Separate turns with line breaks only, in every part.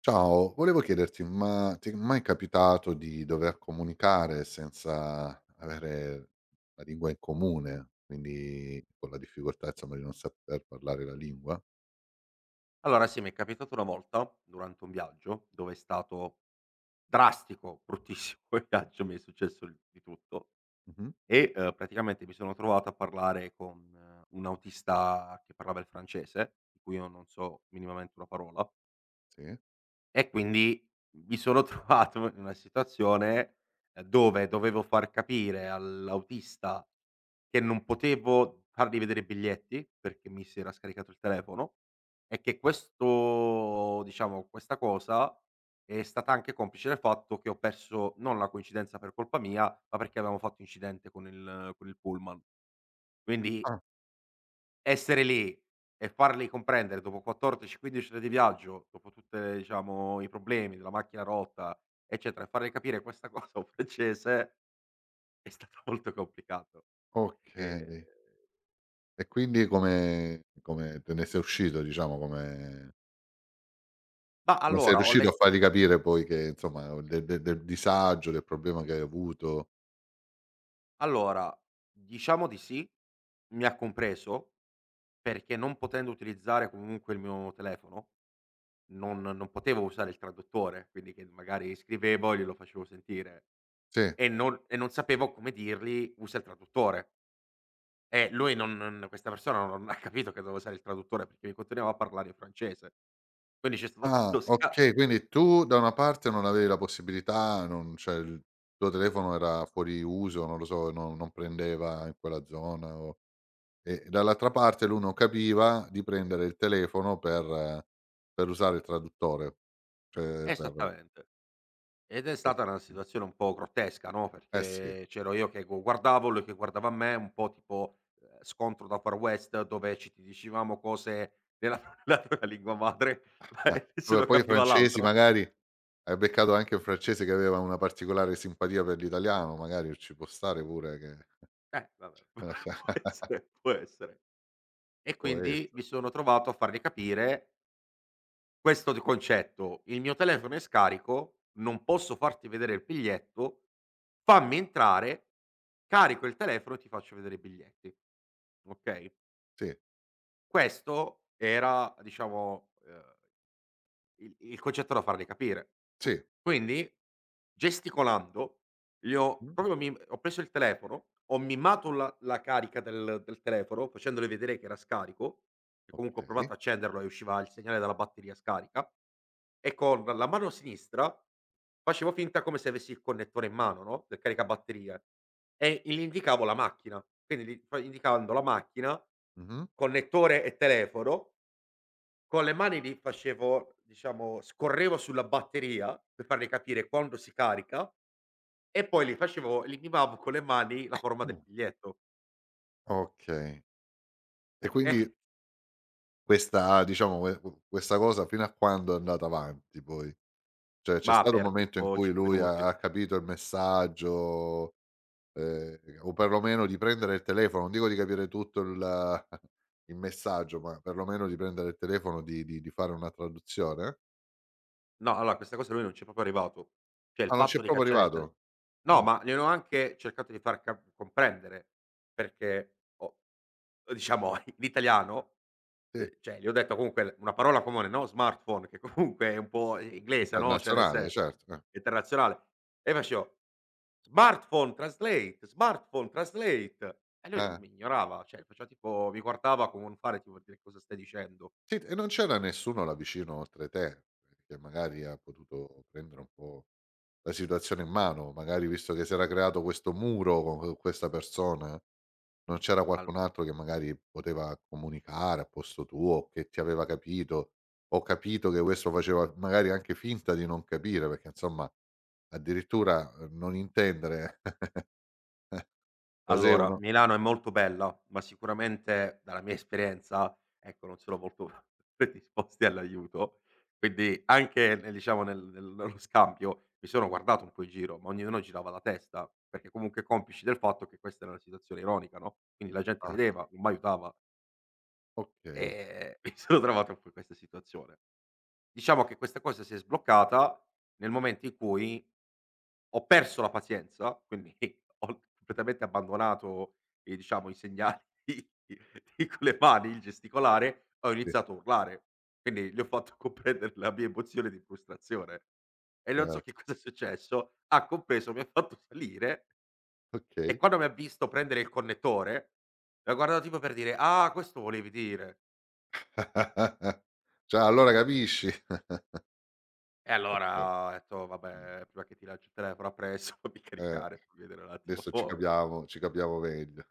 Ciao, volevo chiederti, ma ti è mai capitato di dover comunicare senza avere la lingua in comune, quindi con la difficoltà insomma di non saper parlare la lingua?
Allora sì, mi è capitato una volta durante un viaggio, dove è stato drastico, bruttissimo il viaggio, mi è successo il di tutto
Mh-mh,
e praticamente mi sono trovato a parlare con un autista che parlava il francese, di cui io non so minimamente una parola.
sì.
E quindi mi sono trovato in una situazione, dove dovevo far capire all'autista che non potevo fargli vedere i biglietti, perché mi si era scaricato il telefono, e che questo diciamo, questa cosa è stata anche complice del fatto che ho perso non la coincidenza per colpa mia, ma perché avevamo fatto incidente con il pullman. Quindi
Ah,
essere lì e farli comprendere dopo 14, 15 ore di viaggio, dopo tutte diciamo i problemi della macchina rotta, eccetera, e farle capire questa cosa a un francese è stato molto complicato. Ehm,
okay. E quindi come te ne sei uscito diciamo, come
ma
come sei
allora ho
riuscito a
let
fargli capire poi che insomma del disagio, del problema che hai avuto?
Allora, diciamo di sì, mi ha compreso, perché non potendo utilizzare comunque il mio telefono, non potevo usare il traduttore, quindi che magari scrivevo e glielo facevo sentire
Sì.
e non sapevo come dirgli: "Usa il traduttore". Lui non questa persona non ha capito che dovevo usare il traduttore perché mi continuava a parlare in francese. Quindi c'è stato questo
Ah,
sca
okay, quindi tu da una parte non avevi la possibilità, non cioè il tuo telefono era fuori uso, non lo so, no non prendeva in quella zona o e dall'altra parte lui non capiva di prendere il telefono per usare il traduttore, cioè per
esattamente. Ed è stata una
okay.
situazione un po' grottesca, no,
Eh sì.
perché c'ero io che gu guardavo, lui che guardava me, un po' tipo, scontro da Far West dove ci dicevamo cose nella nella propria lingua madre, ma
Vabbè,
nessuno
poi i
capiva
francesi
l'altro.
magari hai beccato anche un francese che aveva una particolare simpatia per l'italiano, magari ci può stare pure che
Vabbè, può essere, può essere. E
può esse
quindi mi sono trovato a fargli capire questo d concetto: "Il mio telefono è scarico, non posso farti vedere il biglietto, fammi entrare, carico il telefono e ti faccio vedere i biglietti." Okay?
sì,
Questo era diciamo, il concetto da fargli capire.
sì.
Quindi gesticolando gli ho
Mh.
proprio mim ho preso il telefono, ho mimato la carica del telefono facendole vedere che era scarico, e comunque ho
Okay.
provato a accenderlo e usciva il segnale dalla batteria scarica, e con la mano sinistra facevo finta come se avessi il connettore in mano, no, del caricabatterie, e gli indicavo la macchina. Quindi gli fa indicando la macchina,
Mh-mh.
connettore e telefono con le mani li facevo diciamo scorrevo sulla batteria per fargli capire quando si carica e poi li facevo li mimavo con le mani la forma
Mh.
del biglietto,
Okay. E quindi
eh,
questa diciamo, questa cosa fino a quando è andata avanti poi? Cioè c'è
ma
stato un
per
momento in
tipo
cui
5
lui
minuti.
ha capito il messaggio, o perlomeno di prendere il telefono, non dico di capire tutto il il messaggio, ma perlomeno di prendere il telefono, di fare una traduzione?
No, allora questa cosa lui non c'è proprio arrivato. Cioè il
Ah, non ci è
fatto di
proprio
cacciare il tele
arrivato? Ah,
no, ma gliel'ho anche cercato di far cap comprendere, perché ho diciamo l'italiano,
sì.
cioè gli ho detto comunque l una parola comune, no, smartphone, che comunque è un po' i inglese, no, cioè nel
Internazionale,
senso
certo, eh.
internazionale, e facevo: "Smartphone translate, smartphone translate". E lui non
Eh.
mi ignorava, cioè faceva tipo mi guardava con un fare tipo per dire: "Cosa stai dicendo?"
Sì, e non c'era nessuno là vicino oltre te, che magari ha potuto prendere un po' la situazione in mano, magari visto che si era creato questo muro con questa persona, non c'era
Allo
qualcun altro che magari poteva comunicare a posto tuo, che ti aveva capito, o capito che questo faceva magari anche finta di non capire, perché insomma addirittura, non intendere cos'è
Allora,
uno.
Milano è molto bella, ma sicuramente dalla mia esperienza, ecco, non sono molto predisposti all'aiuto. Quindi anche nel diciamo nel nello scambio mi sono guardato un po' in giro, ma ognuno girava la testa, perché comunque complici del fatto che questa era una situazione ironica, no, quindi la gente
Ah,
rideva, non m'aiutava,
okay.
mi sono trovato un po' in questa situazione. Diciamo che questa cosa si è sbloccata nel momento in cui ho perso la pazienza, quindi ho completamente abbandonato, diciamo i segnali di con le mani, il gesticolare, ho
Sì,
iniziato a urlare. Quindi gli ho fatto comprendere la mia emozione di frustrazione e non so
certo,
che cosa è successo, ha compreso, mi ha fatto salire e
okay.
quando mi ha visto prendere il connettore, mi ha guardato tipo per dire: "Ah, questo volevi dire".
Cioè allora capisci.
E
Ok.
allora ho detto:
Mh.
"Vabbè, prima che ti lanci il telefono appresso fammi
Eh,
caricare, fammi vedere un attimo
adesso ci capiamo meglio.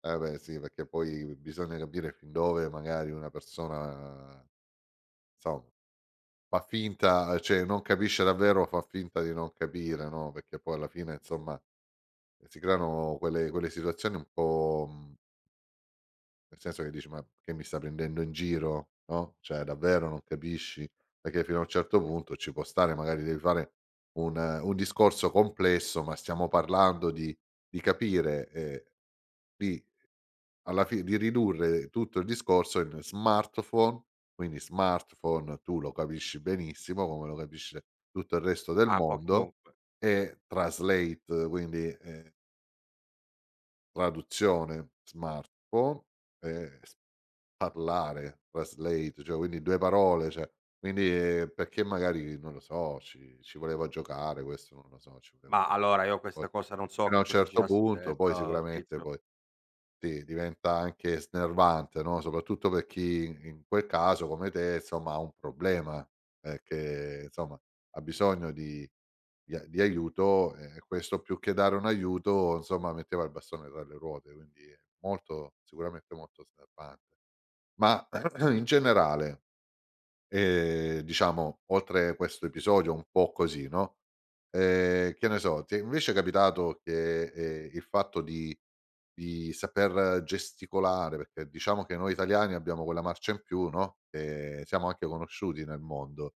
Eh beh sì, perché poi bisogna capire fin dove magari una persona, insomma, fa finta, cioè non capisce davvero, fa finta di non capire, no, perché poi alla fine insomma si creano quelle situazioni un po', nel senso che dici: "Ma che mi sta prendendo in giro?" No, cioè davvero non capisci? Perché fino a un certo punto ci può stare, magari devi fare un discorso complesso, ma stiamo parlando di capire, Di alla fi di ridurre tutto il discorso in smartphone, quindi smartphone tu lo capisci benissimo, come lo capisce tutto il resto del
ah, un po'
mondo,
chiunque".
e translate, quindi, traduzione smartphone, e s parlare, translate, cioè quindi due parole, cioè quindi perché magari, non lo so, ci voleva giocare questo, non lo so, ci voleva,
Ma allora io
poi
questa cosa non so
fino a
che
un
cosa
certo
girasse in
punto,
testa
poi
al
sicuramente
tizio,
poi sì, diventa anche snervante, no, soprattutto per chi in quel caso come te, insomma, ha un problema, che insomma ha bisogno di aiuto e questo più che dare un aiuto, insomma, metteva il bastone tra le ruote, quindi è molto, sicuramente molto snervante. Ma in generale, diciamo, oltre questo episodio un po' così, no, che ne so, ti è invece capitato che, il fatto di saper gesticolare, perché diciamo che noi italiani abbiamo quella marcia in più, no, che siamo anche conosciuti nel mondo,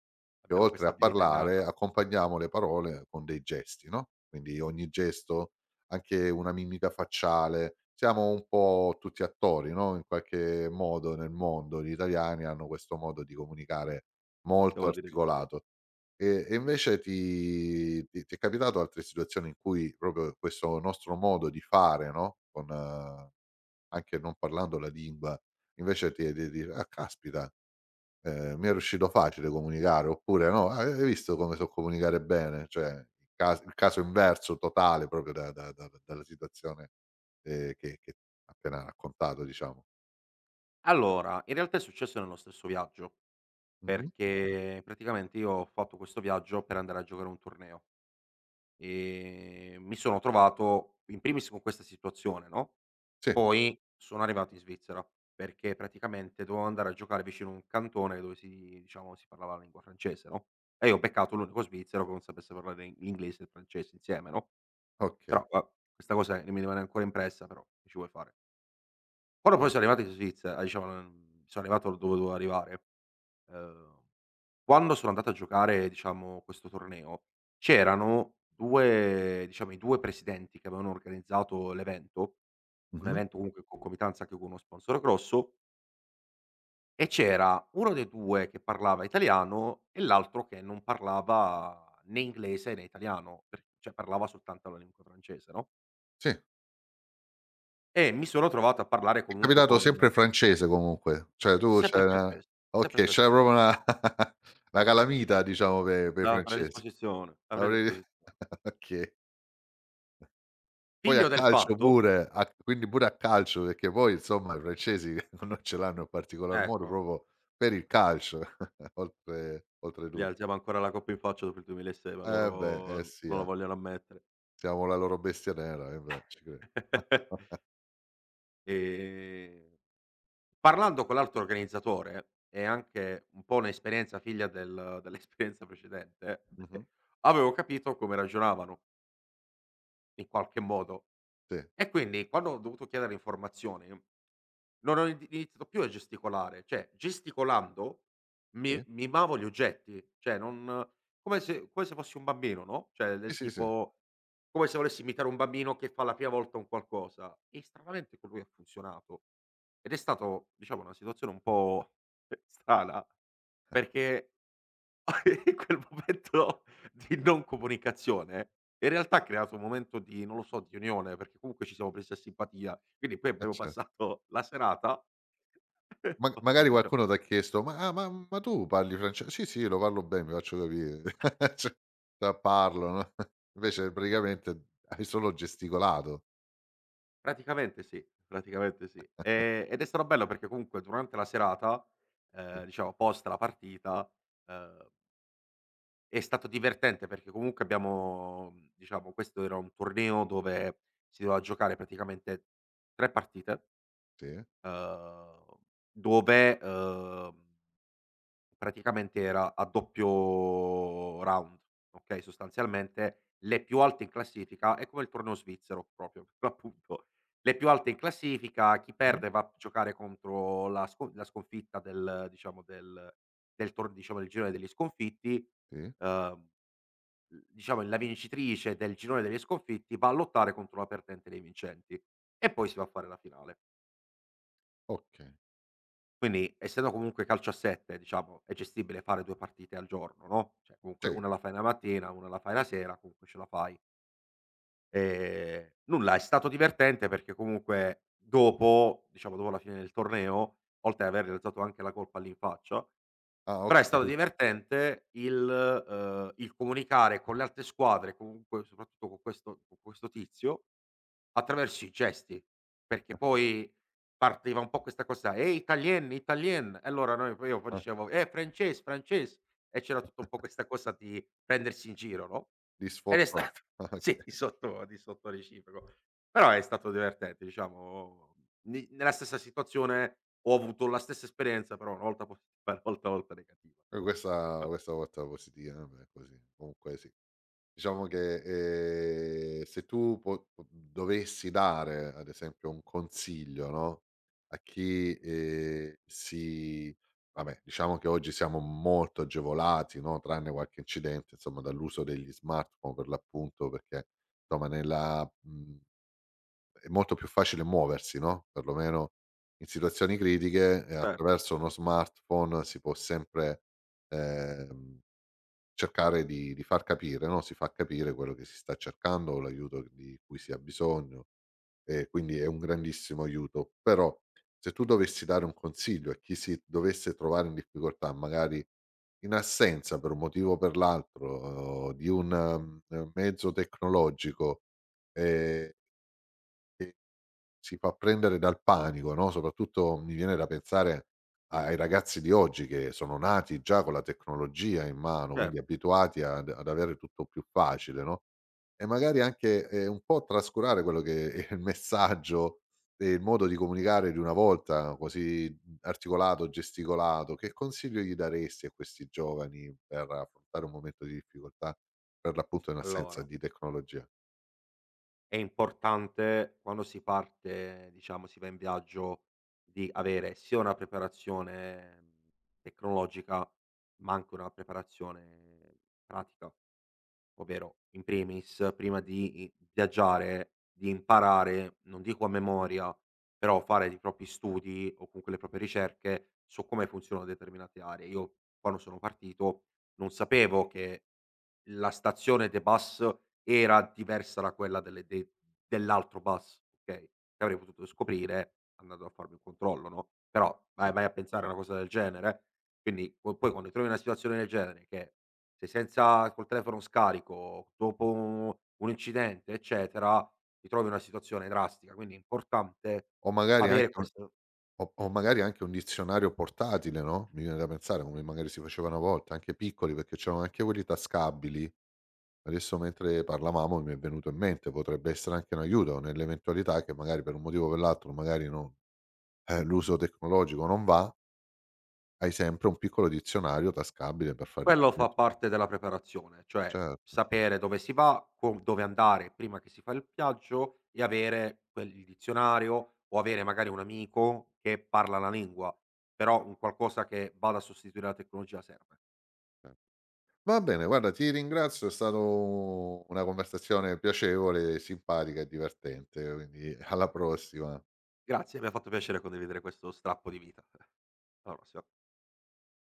che
abbiamo
oltre
questa
a
abilità
parlare
innata,
accompagniamo le parole con dei gesti, no, quindi ogni gesto, anche una mimica facciale. Siamo un po' tutti attori, no, in qualche modo nel mondo. Gli italiani hanno questo modo di comunicare molto
possiamo dire di sì.
articolato. E invece ti è capitato altre situazioni in cui proprio questo nostro modo di fare, no, con anche non parlando la lingua, invece ti è di dire: "Ah caspita, mi è riuscito facile comunicare", oppure no: "Ah, hai visto come so comunicare bene?" Cioè, il caso inverso totale proprio da da da dalla situazione, che appena raccontato diciamo.
Allora, in realtà è successo nello stesso viaggio,
Mh-mh.
perché praticamente io ho fatto questo viaggio per andare a giocare un torneo, e mi sono trovato in primis con questa situazione, no.
Sì,
Poi sono arrivato in Svizzera, perché praticamente dovevo andare a giocare vicino a un cantone dove si diciamo, si parlava la lingua francese, no, e io ho beccato l'unico svizzero che non sapesse parlare in l'inglese e il francese insieme, no,
okay.
però va questa cosa mi rimane ancora impressa, però che ci vuoi fare. Quando poi sono arrivato in Svizze diciamo, sono arrivato dove dovevo arrivare, ehm, quando sono andato a giocare, diciamo, questo torneo, c'erano 2 diciamo, i 2 presidenti che avevano organizzato l'evento un
Mh-mh.
evento comunque in concomitanza anche con uno sponsor grosso, e c'era uno dei 2 che parlava italiano e l'altro che non parlava né inglese né italiano, per cioè parlava soltanto la lingua francese, no,
Sì.
e mi sono trovato a parlare
È
comunque
capitato
con
sempre francese comunque, cioè tu
sempre
c'era
francese, sempre
okay, c'era
francese.
proprio una una calamita diciamo pe' i
La
francesi.
predisposizione, la
Avrei
predisposizione.
okay. Poi a
Figlio del
calcio
fatto
pure, a quindi pure a calcio, perché poi insomma i francesi non ce l'hanno in particolar modo
ecco.
proprio per il calcio,
Gli
oltretutto.
alziamo ancora la coppa in faccia dopo il 2006, ma
Eh beh, eh
loro
sì,
non lo
eh.
vogliono ammettere.
Siamo la loro bestia nera, eh beh, ci credo.
Ehm Parlando con l'altro organizzatore e anche un po' un'esperienza figlia dell'esperienza precedente,
Mh-mh.
avevo capito come ragionavano in qualche modo.
Sì,
E quindi quando ho dovuto chiedere informazioni, non ho in iniziato più a gesticolare, cioè gesticolando mi
sì.
mimavo gli oggetti, cioè non come se fossi un bambino, no, cioè
Sì,
del
sì, sì,
tipo come se volessi imitare un bambino che fa la prima volta un qualcosa e stranamente con lui ha funzionato. Ed è stato, diciamo, una situazione un po' strana perché e quel momento di non comunicazione, eh, in realtà ha creato un momento di, non lo so, di unione, perché comunque ci siamo presi a simpatia. Quindi poi abbiamo
cer
passato la serata
ma
quando
magari
diciamo-
qualcuno t'ha chiesto: "Ma ah, ma tu parli frances?" "Sì, sì, lo parlo bene, mi faccio capire." Cioè, già parlo, no, invece praticamente hai solo gesticolato.
praticamente sì, praticamente sì. Ed è stato bello perché comunque durante la serata,
Sì,
diciamo post la partita, ehm, è stato divertente perché comunque abbiamo diciamo questo era un torneo dove si doveva giocare praticamente 3 partite.
sì,
Uhm, dove, praticamente era a doppio round, okay, sostanzialmente le più alte in classifica è come il torneo svizzero proprio, per l'appunto. Le più alte in classifica, chi
mh-mh,
perde va a giocare contro la sconfitta del diciamo del del tor diciamo del girone degli sconfitti,
sì,
uhm, l diciamo la vincitrice del girone degli sconfitti va a lottare contro la perdente dei vincenti e poi si va a fare la finale.
oka
Quindi, essendo comunque calcio a 7 diciamo, è gestibile fare 2 partite al giorno, no, cioè comunque
sì.
1 la fai la mattina, 1 la fai la sera, comunque ce la fai. Nulla, è stato divertente perché comunque dopo, diciamo dopo la fine del torneo, oltre ad aver realizzato anche la colpa lì in faccia,
Ah,
però è stato
okay.
divertente il comunicare con le altre squadre, comunque soprattutto con questo tizio, attraverso i gesti, perché poi partiva un po' questa cosa: "Ehi italien, italien" e allora noi poi io poi
Ah,
dicevo: frances, frances" e c'era tutto un po' questa cosa di prendersi in giro, no,
li
ed è
sfottò.
stato
Ah,
sì,
okay.
di sotto reciproco. Però è stato divertente diciamo, ni nella stessa situazione ho avuto la stessa esperienza, però una volta positiva e una volta negativa.
E questa
Eh,
questa volta positiva, vabbè, così, comunque sì. Diciamo che, se tu po po dovessi dare, ad esempio, un consiglio, no, a chi, vabbè, diciamo che oggi siamo molto agevolati, no, tranne qualche incidente, insomma, dall'uso degli smartphone per l'appunto, perché insomma nella mhmm è molto più facile muoversi, no, perlomeno in situazioni critiche,
certo,
attraverso uno smartphone si può sempre, ehm, cercare di far capire, no, si fa capire quello che si sta cercando o l'aiuto di cui si ha bisogno, e quindi è un grandissimo aiuto. Però se tu dovessi dare un consiglio a chi si dovesse trovare in difficoltà, magari in assenza per un motivo o per l'altro, di un, mezzo tecnologico, ehm, e si fa prendere dal panico, no, soprattutto mi viene da pensare ai ragazzi di oggi che sono nati già con la tecnologia in mano, quindi
cer
abituati ad avere tutto più facile, no, e magari anche, un po' trascurare quello che è il messaggio e il modo di comunicare di una volta, così articolato, gesticolato. Che consiglio gli daresti a questi giovani per affrontare un momento di difficoltà per l'appunto in assenza
allora,
di tecnologia?
è importante quando si parte, diciamo si va in viaggio, di avere sia una preparazione tecnologica, ma anche una preparazione pratica. Ovvero, in primis, prima di i viaggiare, di imparare, non dico a memoria, però fare i propri studi o comunque le proprie ricerche su come funzionano determinate aree. Io quando sono partito non sapevo che la stazione de bus era diversa da quella delle de dell'altro bus, okay, che avrei potuto scoprire andando a farmi un controllo, no, però
Sì.
vai a pensare a una cosa del genere? Quindi po poi quando ti trovi in una situazione del genere che sei senza col telefono scarico, dopo u un incidente, eccetera, ti trovi in una situazione drastica, quindi è importante
O magari anche
avere questo.
o magari anche un dizionario portatile, no, mi viene da pensare, come magari si faceva una volta, anche piccoli, perché c'erano anche quelli tascabili. Adesso mentre parlavamo mi è venuto in mente, potrebbe essere anche un aiuto nell'eventualità che magari per un motivo o per l'altro, magari non, l'uso tecnologico non va, hai sempre un piccolo dizionario tascabile per fare
Quello fa
riferimento.
parte della preparazione, cioè
Certo.
sapere dove si va, con dove andare prima che si fa il viaggio e avere quel il dizionario o avere magari un amico che parla la lingua, però un qualcosa che vada a sostituire la tecnologia serve.
cer Va bene, guarda, ti ringrazio, è stato una conversazione piacevole, simpatica e divertente, quindi alla prossima.
Grazie, mi ha fatto piacere condividere questo strappo di vita. Alla prossima.